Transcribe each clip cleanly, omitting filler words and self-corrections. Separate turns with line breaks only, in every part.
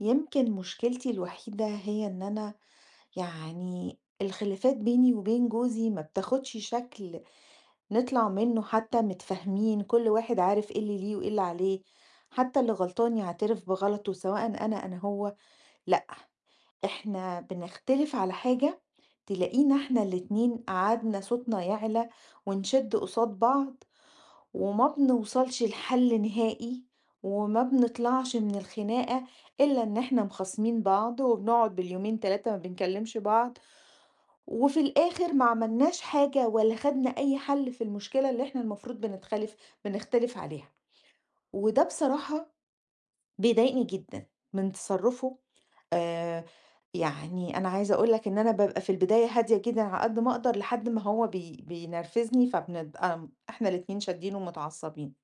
يمكن مشكلتي الوحيدة هي إن أنا، يعني الخلافات بيني وبين جوزي ما بتاخدش شكل نطلع منه حتى متفاهمين. كل واحد عارف ايه اللي ليه وايه اللي عليه، حتى اللي غلطان يعترف بغلطه، سواء أنا هو. لأ، احنا بنختلف على حاجة، تلاقينا احنا الاتنين قعدنا صوتنا يعلى ونشد قصاد بعض، وما بنوصلش لحل نهائي، وما بنطلعش من الخناقة إلا إن إحنا مخاصمين بعض، وبنقعد باليومين تلاتة ما بنكلمش بعض، وفي الآخر ما عملناش حاجة ولا خدنا أي حل في المشكلة اللي إحنا المفروض بنختلف عليها. وده بصراحة بيضايقني جدا من تصرفه. آه يعني أنا عايزة أقولك إن أنا ببقى في البداية هادية جدا على قد ما أقدر، لحد ما هو بينرفزني، فبنبقى إحنا الاتنين شادين ومتعصبين.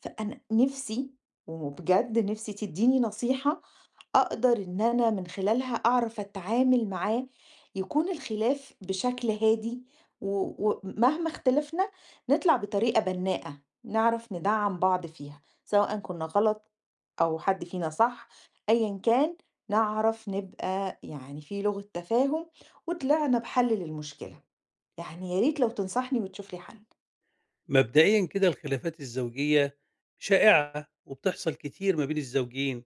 فأنا نِفْسي، وبجد نِفْسي تدّيني نصيحة أقدر إن أنا من خلالها أعرف أتعامل معاه، يكون الخلاف بشكل هادي، و ومهما اختلفنا نطلع بطريقة بنّاءة، نعرف ندعّم بعض فيها، سواء كُنّا غلط أو حد فينا صح، أيًا كان نعرف نبقى يعني في لغة تفاهم وطلعنا بحل للمشكلة، يعني يا ريت لو تنصحني وتشوف لي حل.
مبدئيا كده الخلافات الزوجية شائعة وبتحصل كتير ما بين الزوجين.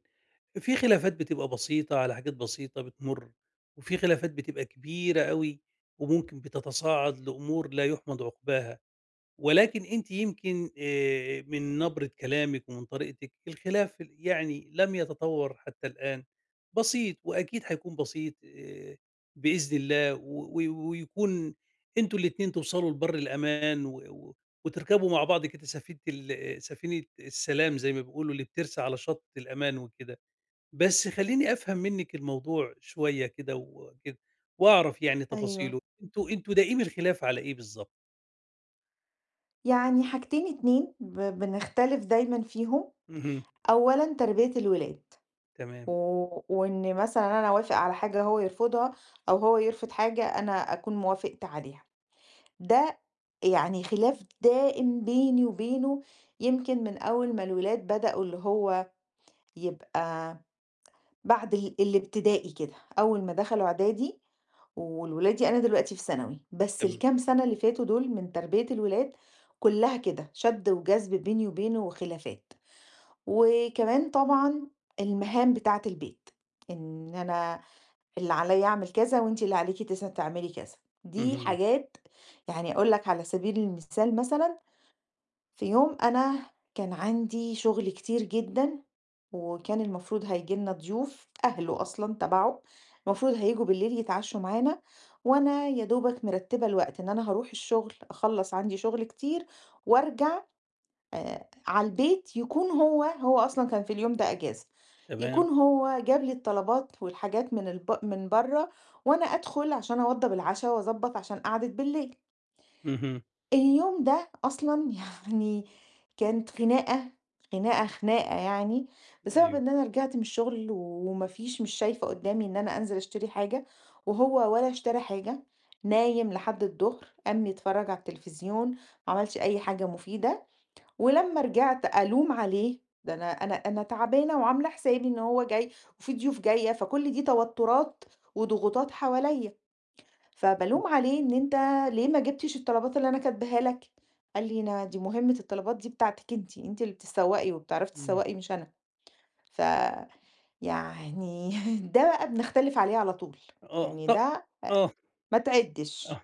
في خلافات بتبقى بسيطة على حاجات بسيطة بتمر، وفي خلافات بتبقى كبيرة قوي وممكن بتتصاعد لأمور لا يحمد عقباها. ولكن أنتِ يمكن من نبرة كلامِك ومن طريقتِك الخلاف يعني لم يتطور حتى الآن، بسيط وأكيد هيكون بسيط بإذن الله و و ويكون أنتم الاتنين توصلوا لبَر الأمان و و وتركبوا مع بعض كده سفينة السلام زي ما بيقولوا اللي بترسى على شط الأمان وكده. بس خلّيني أفهم منِّك الموضوع شوية كده وكده وأعرف يعني
أيوه.
تفاصيله، أنتم دائمي الخلاف على إيه بالضبط؟
يعني حاجتين 2 بنختلف دايمًا فيهم،
اهم.
أولًا تربية الولاد، و
تمام.
وإن مثلًا أنا أوافق على حاجة هو يرفضها، أو هو يرفض حاجة أنا أكون وافقت عليها، ده يعني خلاف دائم بيني وبينه. يمكن من أول ما الولاد بدأوا اللي هو يبقى بعد الابتدائي كده، أول ما دخلوا إعدادي والولادي أنا دلوقتي في ثانوي، بس
تم.
الكام سنة اللي فاتوا دول من تربية الولاد كلها كده شد وجذب بيني وبينه وخلافات. وكمان طبعًا المهام بتاعة البيت، إن أنا اللي عليَّ أعمل كذا وأنتِ اللي عليكِ تعملي كذا، دي
اهم.
حاجات يعني أقول لك على سبيل المثال. مثلًا في يوم أنا كان عندي شغل كتير جدًا، وكان المفروض هييجي لنا ضيوف أهله أصلًا تبعه، المفروض هييجوا بالليل يتعشوا معانا، وأنا يا دوبك مرتبة الوقت إن أنا هاروح الشغل أخلّص عندي شغل كتير وأرجع على البيت، يكون هو أصلًا كان في اليوم ده أجازة، يكون
تمام.
هو جاب لي الطلبات والحاجات من برّه، وأنا أدخل عشان أوضّب العشا وأضبّط عشان قعدة بالليل.
اهم.
اليوم ده أصلًا يعني كانت خناقة، خناقة، خناقة يعني، بسبب
أيوه.
إن أنا رجعت من الشغل وما فيش مش شايفة قدّامي إن أنا أنزل أشتري حاجة، وهو ولا اشترى حاجة، نايم لحد الضهر، قام يتفرج على التلفزيون، ما عملش أي حاجة مفيدة، ولمّا رجعت ألوم عليه، ده أنا تعبانة وعاملة حسابي إن هو جاي وفي ضيوف جاية، فكل دي توترات وضغوطات حواليّا. فبالوم عليه إن أنت ليه ما جبتش الطلبات اللي أنا كاتباها لك؟ قال لي: "أنا دي مهمة الطلبات دي بتاعتِك أنتِ، أنتِ اللي بتسوّقي وبتعرفي
إمم.
تسوّقي مش أنا." فيعني ده بقى بنختلف عليه على طول،
آه،
يعني
ط
ده
آه.
ما
آه،
تعدِّش.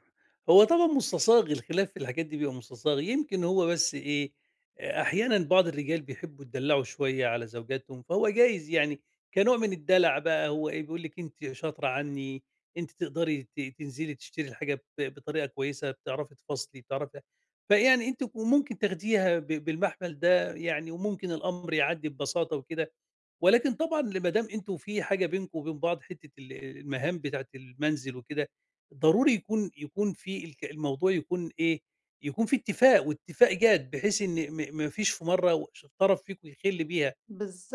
هو طبعًا مستساغ، الخلاف في الحاجات دي بيبقى مستساغ، يمكن هو بس إيه، أحيانًا بعض الرجال بيحبّوا يتدلّعوا شوية على زوجاتهم، فهو جايز يعني كنوع من الدلع بقى، هو إيه، بيقول لِك أنتِ شاطرة عنّي، أنتِ تقدري تنزلي تشتري الحاجة بطريقة كويسة، بتعرفي تفاصلي، بتعرفي. فيعني أنتِ ممكن تاخديها بالمحمل ده يعني، وممكن الأمر يعدّي ببساطة وكده. ولكن طبعًا ما دام أنتم في حاجة بينكم وبين بعض حتّة المهام بتاعة المنزل وكده، ضروري يكون في الموضوع يكون إيه، يكون في اتفاق واتفاق جاد، بحيث إن ما فيش في مرّة و ش طرف فيكم يخِل بيها.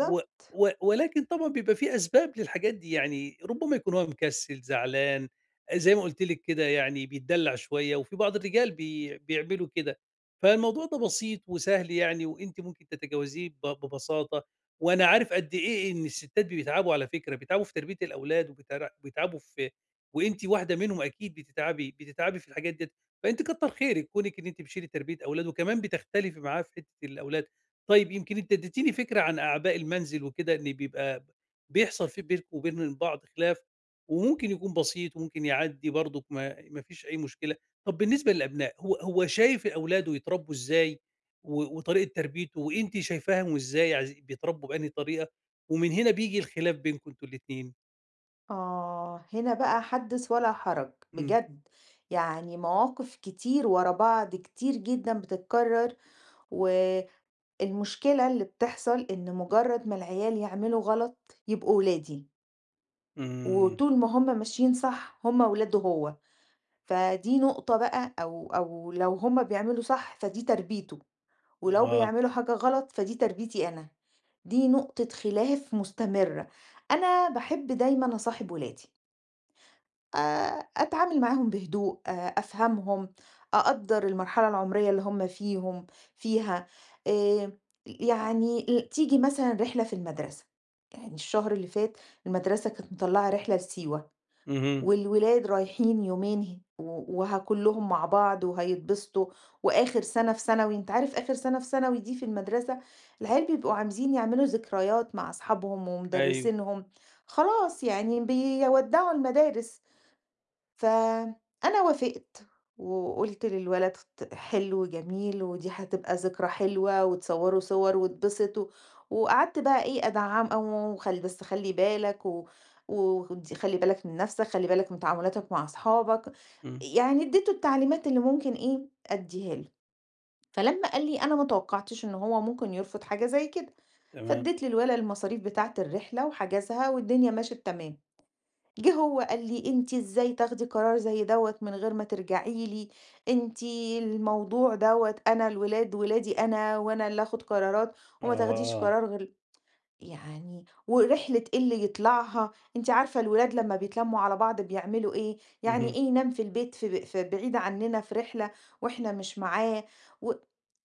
و ولكن طبعًا بيبقى في أسباب للحاجات دي، يعني ربما يكون هو مكسّل، زعلان، زي ما قُلت لِك كده يعني بيتدلّع شوية، وفي بعض الرجال بيعملوا كده. فالموضوع ده بسيط وسهل يعني، وأنتِ ممكن تتجاوزيه ببساطة. وأنا عارف قد إيه إن الستات بيتعبوا على فكرة، بيتعبوا في تربية الأولاد، بيتعبوا في، وأنتِ واحدة منهم أكيد بتتعبي، بتتعبي في الحاجات ديّة. فأنتِ كتّر خيرِك، كونِك إن أنتِ بتشيلي تربية أولاد وكمان بتختلفي معاه في حتّة الأولاد. طيب يمكن أنتِ اديتيني فكرة عن أعباء المنزل وكده، إن بيبقى بيحصل في بينكم وبين بعض خلاف، وممكن يكون بسيط وممكن يعدّي برضك ما فيش أي مشكلة. طب بالنسبة للأبناء، هو شايف أولاده يتربّوا إزاي وطريقة تربيته، وأنتِ شايفاهم إزاي عايزي بيتربّوا بأنهي طريقة، ومن هنا بييجي الخلاف بينكم أنتم الاتنين؟
آه، هنا بقى حدِّث ولا حرج
إمم.
بجد، يعني مواقف كتير ورا بعض، كتير جدًا بتتكرر، والمشكلة اللي بتحصل إن مجرد ما العيال يعملوا غلط يبقوا ولادي،
إمم.
وطول ما هم ماشيين صح هم ولاده هو، فدي نقطة بقى، أو لو هم بيعملوا صح فدي تربيته، ولو
آه.
بيعملوا حاجة غلط فدي تربيتي أنا، دي نقطة خلاف مستمرة. أنا باحب دايمًا أصاحب ولادي، آآ أتعامل معاهم بهدوء، أفهمهم، أقدّر المرحلة العمرية اللي هم فيهم فيها، آآ يعني تيجي مثلًا رحلة في المدرسة. يعني الشهر اللي فات المدرسة كانت مطلّعة رحلة لسيوة،
اهم.
والولاد رايحين يومين وهكلهم مع بعض وهيتبسطوا، واخر سنة في ثانوي انت عارف اخر سنة في ثانوي دي في المدرسة العيال بيبقوا عايزين يعملوا ذكريات مع اصحابهم
أيوه.
ومدرسينهم، خلاص يعني بيودعوا المدارس. فأنا وافقت، وقُلت للولد حلو جميل ودي هتبقى ذكرى حلوة وتصوروا صور واتبسطوا، وقعدت بقى إيه أدعّمه، بس خلّي بالك و ودي خلّي بالك من نَفْسك، خلّي بالك من تعاملاتك مع أصحابك،
إمم.
يعني اديته التعليمات اللي ممكن إيه أدّيها له. فلمّا قال لي أنا ما توقعتش إن هو ممكن يرفض حاجة زي كده،
تمام.
فاديت للولد المصاريف بتاعة الرحلة وحجزها والدنيا مشيت تمام. جه هو قال لي: "أنتِ إزاي تاخدي قرار زي دوّة من غير ما ترجعي لي، أنتِ الموضوع دوّة، أنا الولاد ولادي أنا وأنا اللي آخُد قرارات وما تاخديش
آه.
قرار غير"، يعني ورحلة إيه اللي يطلعها، أنتِ عارفة الولاد لمّا بيتلمّوا على بعض بيعملوا إيه، يعني
اهم.
إيه ينام في البيت، في بعيد عننا في رحلة وإحنا مش معاه، و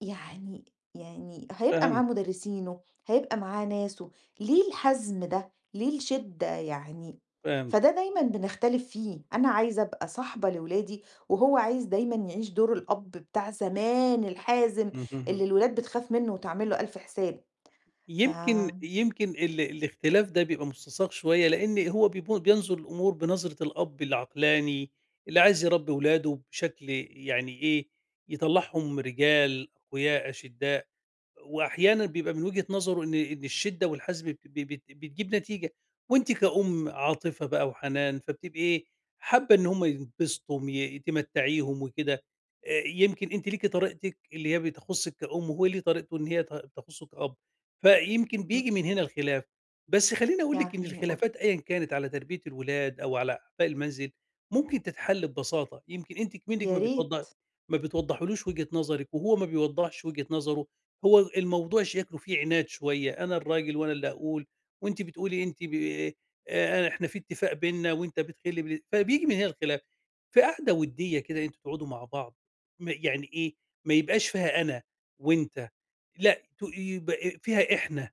يعني يعني هيبقى معاه
فهمتِك.
مدرسينه، هيبقى معاه ناسه، ليه الحزم ده، ليه الشدة يعني؟
فهمتِك.
فده دايمًا بنختلف فيه، أنا عايزة أبقى صاحبة لولادي، وهو عايز دايمًا يعيش دور الأب بتاع زمان الحازم اللي
اهم.
الولاد بتخاف منه وتعمل له ألف حساب. ف
يمكن الاختلاف ده بيبقى مستساغ شوية، لإن هو بينظر للأمور بنظرة الأب العقلاني اللي عايز يربي ولاده بشكل يعني إيه، يطلّعهم رجال أقوياء أشدّاء. وأحيانًا بيبقى من وجهة نظره إن الشِدّة والحزم بت ب بت بتجيب نتيجة، وأنتِ كأم عاطفة بقى وحنان، فبتبقي ايه حابة إن هم ينبسطوا، م ي تمتّعيهم وكده. يمكن أنتِ ليكِ طريقتِك اللي هي بتخُصِّك كأم، وهو ليه طريقته إن هي تخُصّه كأب، فيمكن بييجي من هنا الخلاف. بس خلّيني أقول لِك إن
يعني
الخلافات أيًا كانت على تربية الولاد أو على أعباء المنزل، ممكن تتحل ببساطة. يمكن أنتِ منِّك
يا ريت.
ما بتوضّحيلوش وجهة نظرِك، وهو ما بيوضّحش وجهة نظره. هو الموضوع شكله فيه عناد شوية، أنا الراجل وأنا اللي هاقول، وأنتِ بتقولي أنتِ ب إحنا في اتفاق بيننا وأنت بتخِل بال، فبييجي من هنا الخلاف. في قعدة ودية كده أنتم تقعدوا مع بعض، يعني إيه، ما يبقاش فيها أنا وأنت، لأ ت يبقى فيها إحنا.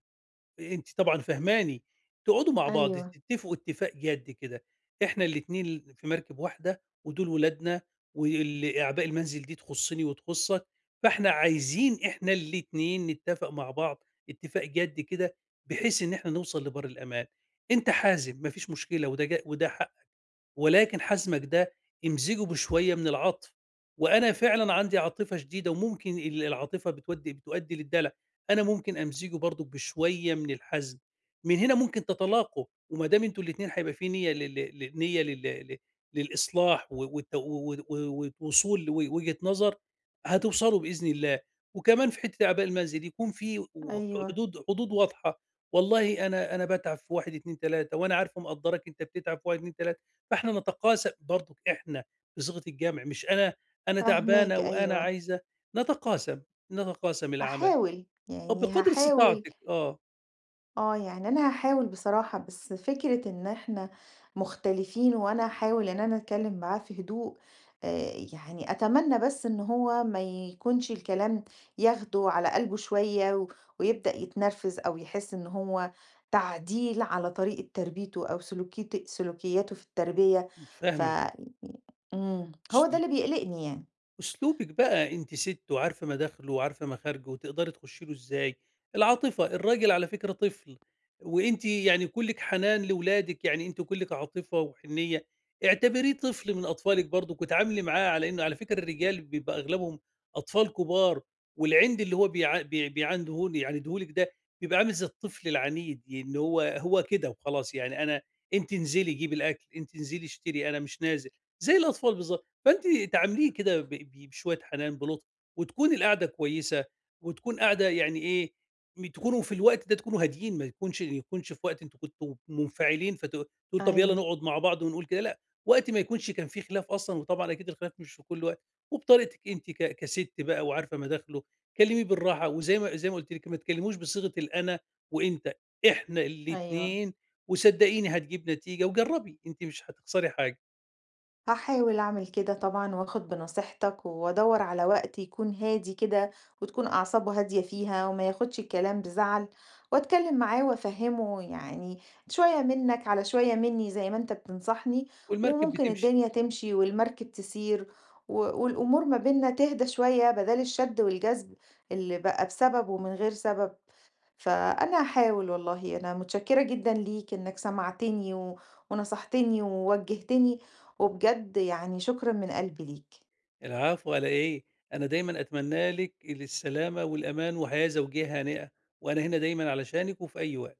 أنتِ طبعًا فاهماني، تقعدوا مع بعض
أيوه.
تتفقوا اتفاق جَد كده، إحنا الاتنين في مركب واحدة ودول ولادنا، أعباء المنزل دي تخُصّني وتخُصّك، فإحنا عايزين إحنا الاتنين نتفق مع بعض اتفاق جَد كده، بحيث إن إحنا نوصل لبَر الأمان. أنت حازم ما فيش مشكلة، وده حقك، ولكن حزمك ده امزجه بشوية من العطف. وأنا فعلًا عندي عاطفة شديدة وممكن العاطفة بتؤدّي للدلع، أنا ممكن أمزجه برضه بشوية من الحزم، من هنا ممكن تتلاقوا. وما دام أنتم الاتنين هيبقى في نية لل ل للإصلاح و والت و و والوصول لوجهة نظر، هتوصلوا بإذن الله. وكمان في حتة أعباء المنزل يكون في و
أيوه،
حدود واضحة. والله أنا باتعب في 1، 2، 3، وأنا عارفة ومقدّراك أنت بتتعب في 1، 2، 3. فإحنا نتقاسم برضك، إحنا بصيغة الجمع، مش أنا أنا تعبانة
فاهماك.
وأنا
أيوه،
عايزة نتقاسم، نتقاسم العمل.
هاحاول،
آه،
يعني
بقدر
هاحاول.
استطاعتِك، آه.
آه، يعني أنا هاحاول بصراحة، بس فكرة إن إحنا مختلفين وأنا هاحاول إن أنا أتكلّم معاه في هدوء، يعني أتمنى بس إن هو ما يكونش الكلام ياخده على قلبه شوية و ويبدأ يتنرفز، أو يحس إن هو تعديل على طريقة تربيته أو سلوكياته في التربية. ف
فاهمِك.
إمم، هو ده اللي بيقلقني يعني.
أسلوبِك بقى أنتِ سِت وعارفة مداخله وعارفة مخارجه وتقدري تخشّي له إزاي، العاطفة، الراجل على فكرة طفل، وأنتِ يعني كُلِّك حنان لولادِك، يعني أنتِ كُلِّك عاطفة وحنيّة. اعتبريه طفل من أطفالِك برضُك، واتعاملي معاه على إنه على فكرة الرجال بيبقى أغلبهم أطفال كبار، والعِند اللي هو بيعنده يعانده لِك ده بيبقى عامل زي الطفل العنيد، إن هو كده وخلاص. يعني أنا، أنتِ انزلي جيبي الأكل، أنتِ انزلي اشتري، أنا مش نازل، زي الأطفال بالضبط. فأنتِ تعامليه كده ب ب بشوية حنان، بلطف، وتكون القعدة كويسة، وتكون قعدة يعني إيه، تكونوا في الوقت ده تكونوا هاديين، ما يكونش في وقت أنتم كنتم منفعلين فتقول طَب يالّا
أيوه.
نقعد مع بعض ونقول كده، لأ، وقت ما يكونش كان في خلاف أصلًا. وطبعًا أكيد الخلاف مش في كل وقت، وبطريقتِك أنتِ كسِت بقى وعارفة مداخله، كلميه بالراحة، وزي ما قُلتِ لِك ما تكلموش بصيغة الأنا وأنت، إحنا
أيوه.
الاتنين. وصدقيني هتجيب نتيجة، وجربي، أنتِ مش هتخسري حاجة،
هاحاول أعمل كده طبعًا وآخُد بنصيحتك وأدوّر على وقت يكون هادي كده وتكون أعصابه هادية فيها وما ياخُدش الكلام بزَعَل، وأتكلّم معاه وأفهِّمه، يعني شوية منّك على شوية منّي زي ما أنت بتنصحني.
والمركب
وممكن
بتمشي.
الدنيا تمشي والمركب تسير، و والأمور ما بيننا تهدى شوية بَدَل الشَد والجذب اللي بقى بسبب ومن غير سبب. فأنا هاحاول والله، أنا متشكرة جدًا ليك إنك سمعتني و ونصحتني ووجهتني، وبجد يعني شكرًا من قلبي ليك.
العفو على إيه؟ أنا دايمًا أتمنى لِك السلامة والأمان وحياة زوجية هانئة، وأنا هنا دايمًا علشانِك وفي أي وقت.